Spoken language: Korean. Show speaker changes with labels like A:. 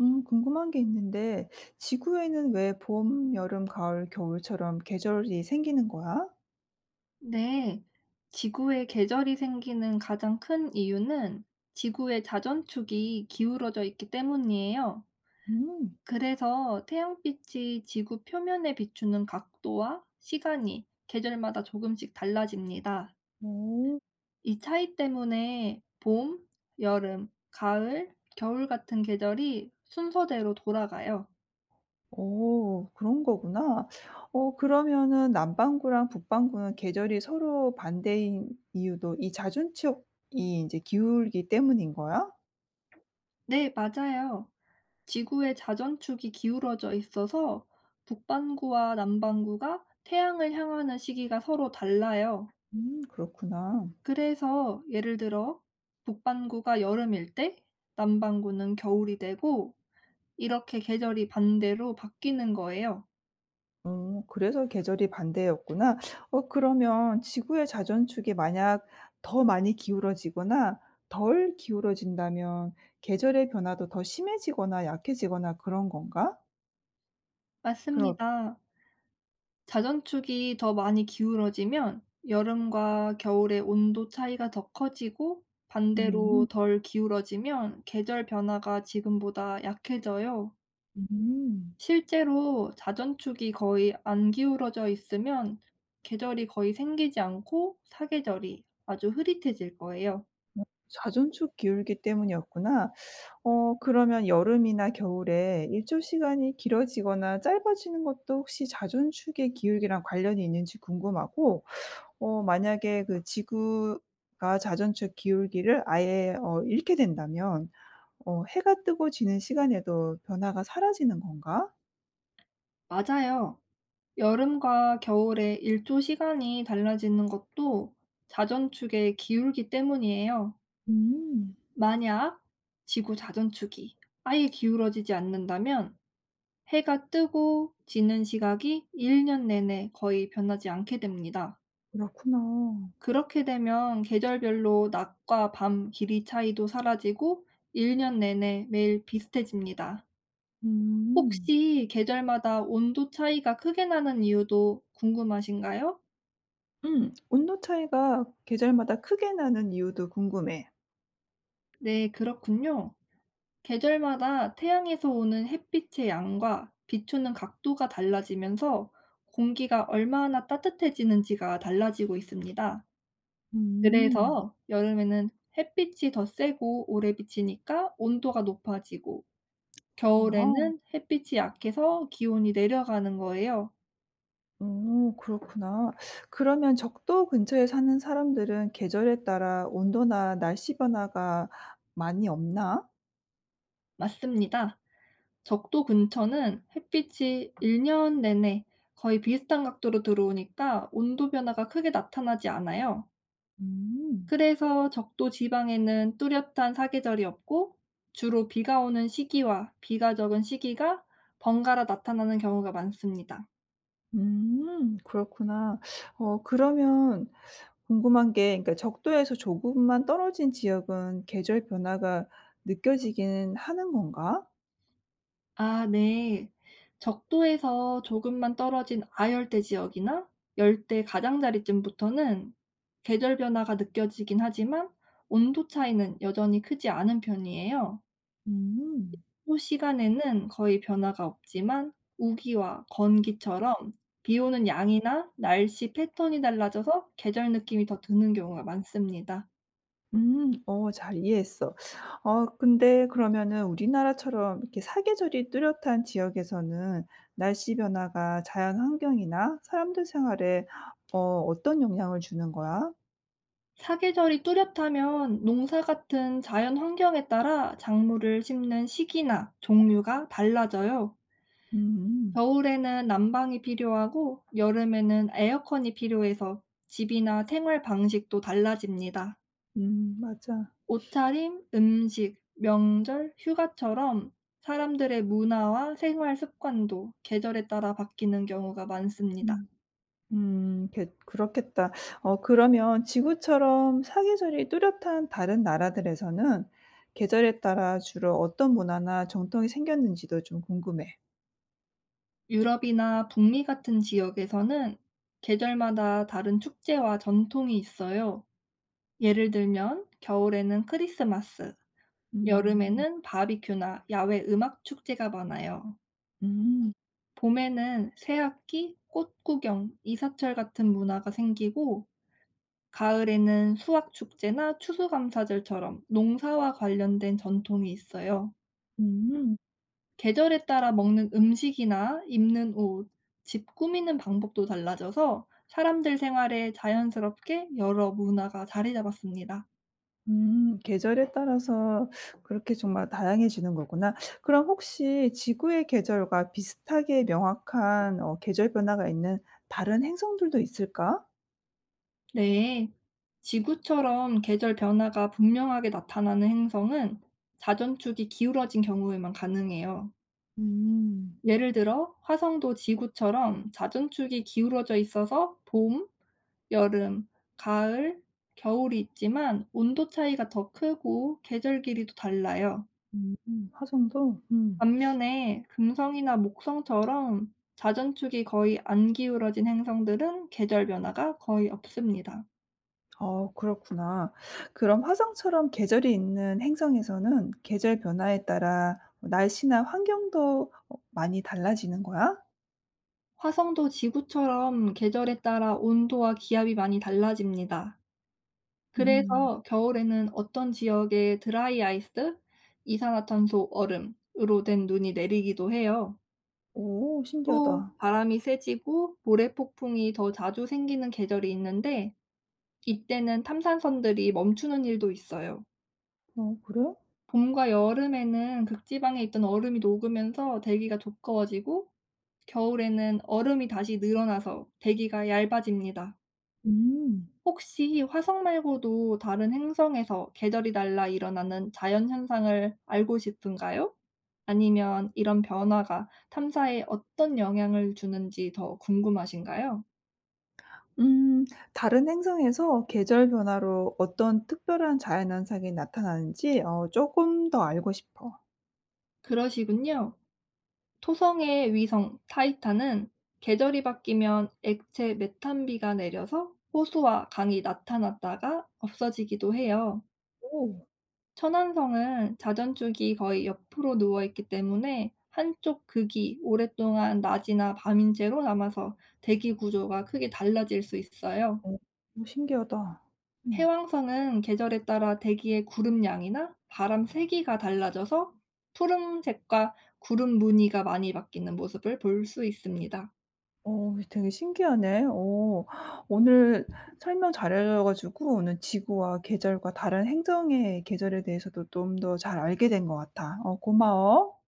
A: 궁금한 게 있는데, 지구에는 왜 봄, 여름, 가을, 겨울처럼 계절이 생기는 거야?
B: 네, 지구에 계절이 생기는 가장 큰 이유는 지구의 자전축이 기울어져 있기 때문이에요.
A: 음,
B: 그래서 태양빛이 지구 표면에 비추는 각도와 시간이 계절마다 조금씩 달라집니다.
A: 오,
B: 이 차이 때문에 봄, 여름, 가을, 겨울 같은 계절이 순서대로 돌아가요.
A: 오, 그런 거구나. 그러면은 남반구랑 북반구는 계절이 서로 반대인 이유도 이 자전축이 이제 기울기 때문인 거야?
B: 네, 맞아요. 지구의 자전축이 기울어져 있어서 북반구와 남반구가 태양을 향하는 시기가 서로 달라요.
A: 그렇구나.
B: 그래서 예를 들어 북반구가 여름일 때 남반구는 겨울이 되고 이렇게 계절이 반대로 바뀌는 거예요.
A: 그래서 계절이 반대였구나. 그러면 지구의 자전축이 만약 더 많이 기울어지거나 덜 기울어진다면 계절의 변화도 더 심해지거나 약해지거나 그런 건가? 그렇
B: 맞습니다. 자전축이 더 많이 기울어지면 여름과 겨울의 온도 차이가 더 커지고
A: 음.
B: 반대로 덜 기울어지면 계절 변화가 지금보다 약해져요.
A: 음.
B: 실제로 자전축이 거의 안 기울어져 있으면 계절이 거의 생기지 않고 사계절이 아주 흐릿해질 거예요.
A: 어 자전축 기울기 때문이었구나. 그러면 여름이나 겨울에 일조 시간이 길어지거나 짧아지는 것도 혹시 자전축의 기울기랑 관련이 있는지 궁금하고, 만약에 그 지구가 자전축 기울기를 아예 잃게 된다면 '해가 뜨고 지는 시간에도 변화가 사라지는 건가?'
B: 맞아요. 여름과 겨울의 일조 시간이 달라지는 것도 자전축의 기울기 때문이에요.
A: 음.
B: 만약 지구 자전축이 아예 기울어지지 않는다면 해가 뜨고 지는 시각이 일년 내내 거의 변하지 않게 됩니다.
A: 그렇구나.
B: 그렇게 되면 계절별로 낮과 밤 길이 차이도 사라지고 일년 내내 매일 비슷해집니다.
A: 음.
B: 혹시 계절마다 온도 차이가 크게 나는 이유도 궁금하신가요?
A: 음. 온도 차이가 계절마다 크게 나는 이유도 궁금해.
B: 네, 그렇군요. 계절마다 태양에서 오는 햇빛의 양과 비추는 각도가 달라지면서 공기가 얼마나 따뜻해지는지가 달라지고 있습니다.
A: 음.
B: 그래서 여름에는 햇빛이 더 세고 오래 비치니까 온도가 높아지고
A: 아하.
B: 겨울에는 햇빛이 약해서 기온이 내려가는 거예요.
A: 그렇구나. 그러면 적도 근처에 사는 사람들은 계절에 따라 온도나 날씨 변화가 많이 없나?
B: 맞습니다. 적도 근처는 햇빛이 1년 내내 거의 비슷한 각도로 들어오니까 온도 변화가 크게 나타나지 않아요.
A: 음.
B: 그래서 적도 지방에는 뚜렷한 사계절이 없고 주로 비가 오는 시기와 비가 적은 시기가 번갈아 나타나는 경우가 많습니다.
A: 그렇구나. 그러면 궁금한 게, 그러니까 적도에서 조금만 떨어진 지역은 계절 변화가 느껴지기는 하는 건가?
B: 아 네. 적도에서 조금만 떨어진 아열대 지역이나 열대 가장자리쯤부터는 계절 변화가 느껴지긴 하지만 온도 차이는 여전히 크지 않은 편이에요.
A: 음.
B: 또 시간에는 거의 변화가 없지만 우기와 건기처럼 비 오는 양이나 날씨 패턴이 달라져서 계절 느낌이 더 드는 경우가 많습니다.
A: 음. 잘 이해했어. 근데 그러면은 우리나라처럼 이렇게 사계절이 뚜렷한 지역에서는 날씨 변화가 자연 환경이나 사람들 생활에 어떤 영향을 주는 거야?
B: 사계절이 뚜렷하면 농사 같은 자연 환경에 따라 작물을 심는 시기나 종류가 달라져요.
A: 음.
B: 겨울에는 난방이 필요하고 여름에는 에어컨이 필요해서 집이나 생활 방식도 달라집니다.
A: 맞아.
B: 옷차림, 음식, 명절, 휴가처럼 사람들의 문화와 생활 습관도 계절에 따라 바뀌는 경우가 많습니다.
A: 음 그렇겠다. 그러면 지구처럼 사계절이 뚜렷한 다른 나라들에서는 계절에 따라 주로 어떤 문화나 전통이 생겼는지도 좀 궁금해.
B: 유럽이나 북미 같은 지역에서는 계절마다 다른 축제와 전통이 있어요. 예를 들면 겨울에는 크리스마스,
A: 음.
B: 여름에는 바비큐나 야외 음악 축제가 많아요.
A: 음.
B: 봄에는 새학기, 꽃 구경, 이사철 같은 문화가 생기고 가을에는 수학 축제나 추수감사절처럼 농사와 관련된 전통이 있어요.
A: 음.
B: 계절에 따라 먹는 음식이나 입는 옷, 집 꾸미는 방법도 달라져서 사람들 생활에 자연스럽게 여러 문화가 자리 잡았습니다.
A: 음. 계절에 따라서 그렇게 정말 다양해지는 거구나. 그럼 혹시 지구의 계절과 비슷하게 명확한 계절 변화가 있는 다른 행성들도 있을까?
B: 네. 지구처럼 계절 변화가 분명하게 나타나는 행성은 자전축이 기울어진 경우에만 가능해요.
A: 음.
B: 예를 들어, 화성도 지구처럼 자전축이 기울어져 있어서 봄, 여름, 가을, 겨울이 있지만 온도 차이가 더 크고 계절 길이도 달라요.
A: 화성도? 음.
B: 반면에 금성이나 목성처럼 자전축이 거의 안 기울어진 행성들은 계절 변화가 거의 없습니다.
A: 그렇구나. 그럼 화성처럼 계절이 있는 행성에서는 계절 변화에 따라 뭐 날씨나 환경도 많이 달라지는 거야?
B: 화성도 지구처럼 계절에 따라 온도와 기압이 많이 달라집니다.
A: 음.
B: 그래서 겨울에는 어떤 지역에 드라이 아이스, 이산화탄소 얼음으로 된 눈이 내리기도 해요.
A: 오,
B: 또
A: 신기하다.
B: 바람이 세지고 모래 폭풍이 더 자주 생기는 계절이 있는데 이때는 탐산선들이 멈추는 일도 있어요.
A: 어, 그래?
B: 봄과 여름에는 극지방에 있던 얼음이 녹으면서 대기가 두꺼워지고 겨울에는 얼음이 다시 늘어나서 대기가 얇아집니다.
A: 음.
B: 혹시 화성 말고도 다른 행성에서 계절이 달라 일어나는 자연 현상을 알고 싶은가요? 아니면 이런 변화가 탐사에 어떤 영향을 주는지 더 궁금하신가요?
A: 음 다른 행성에서 계절 변화로 어떤 특별한 자연현상이 나타나는지 어금더 알고 싶어.
B: 그러시군요. 토성의 위성 타이탄은 계절이 바뀌면 액체 메탄비가 내려서 호수와 강이 나타났다가 없어지기도 해요.
A: 오.
B: 천안성은 자전축이 거의 옆으로 누워 있기 때문에 한쪽 극이 오랫동안 낮이나 밤인 채로 남아서 대기 구조가 크게 달라질 수 있어요.
A: 어 신기하다. 음.
B: 해왕성은 계절에 따라 대기의 구름 양이나 바람 세기가 달라져서 푸른색과 구름 무늬가 많이 바뀌는 모습을 볼 수 있습니다.
A: 되게 신기하네. 오늘 설명 잘해 가지고 오늘 지구와 계절과 다른 행성의 계절에 대해서도 좀 더 잘 알게 된 것 같아. 고마워.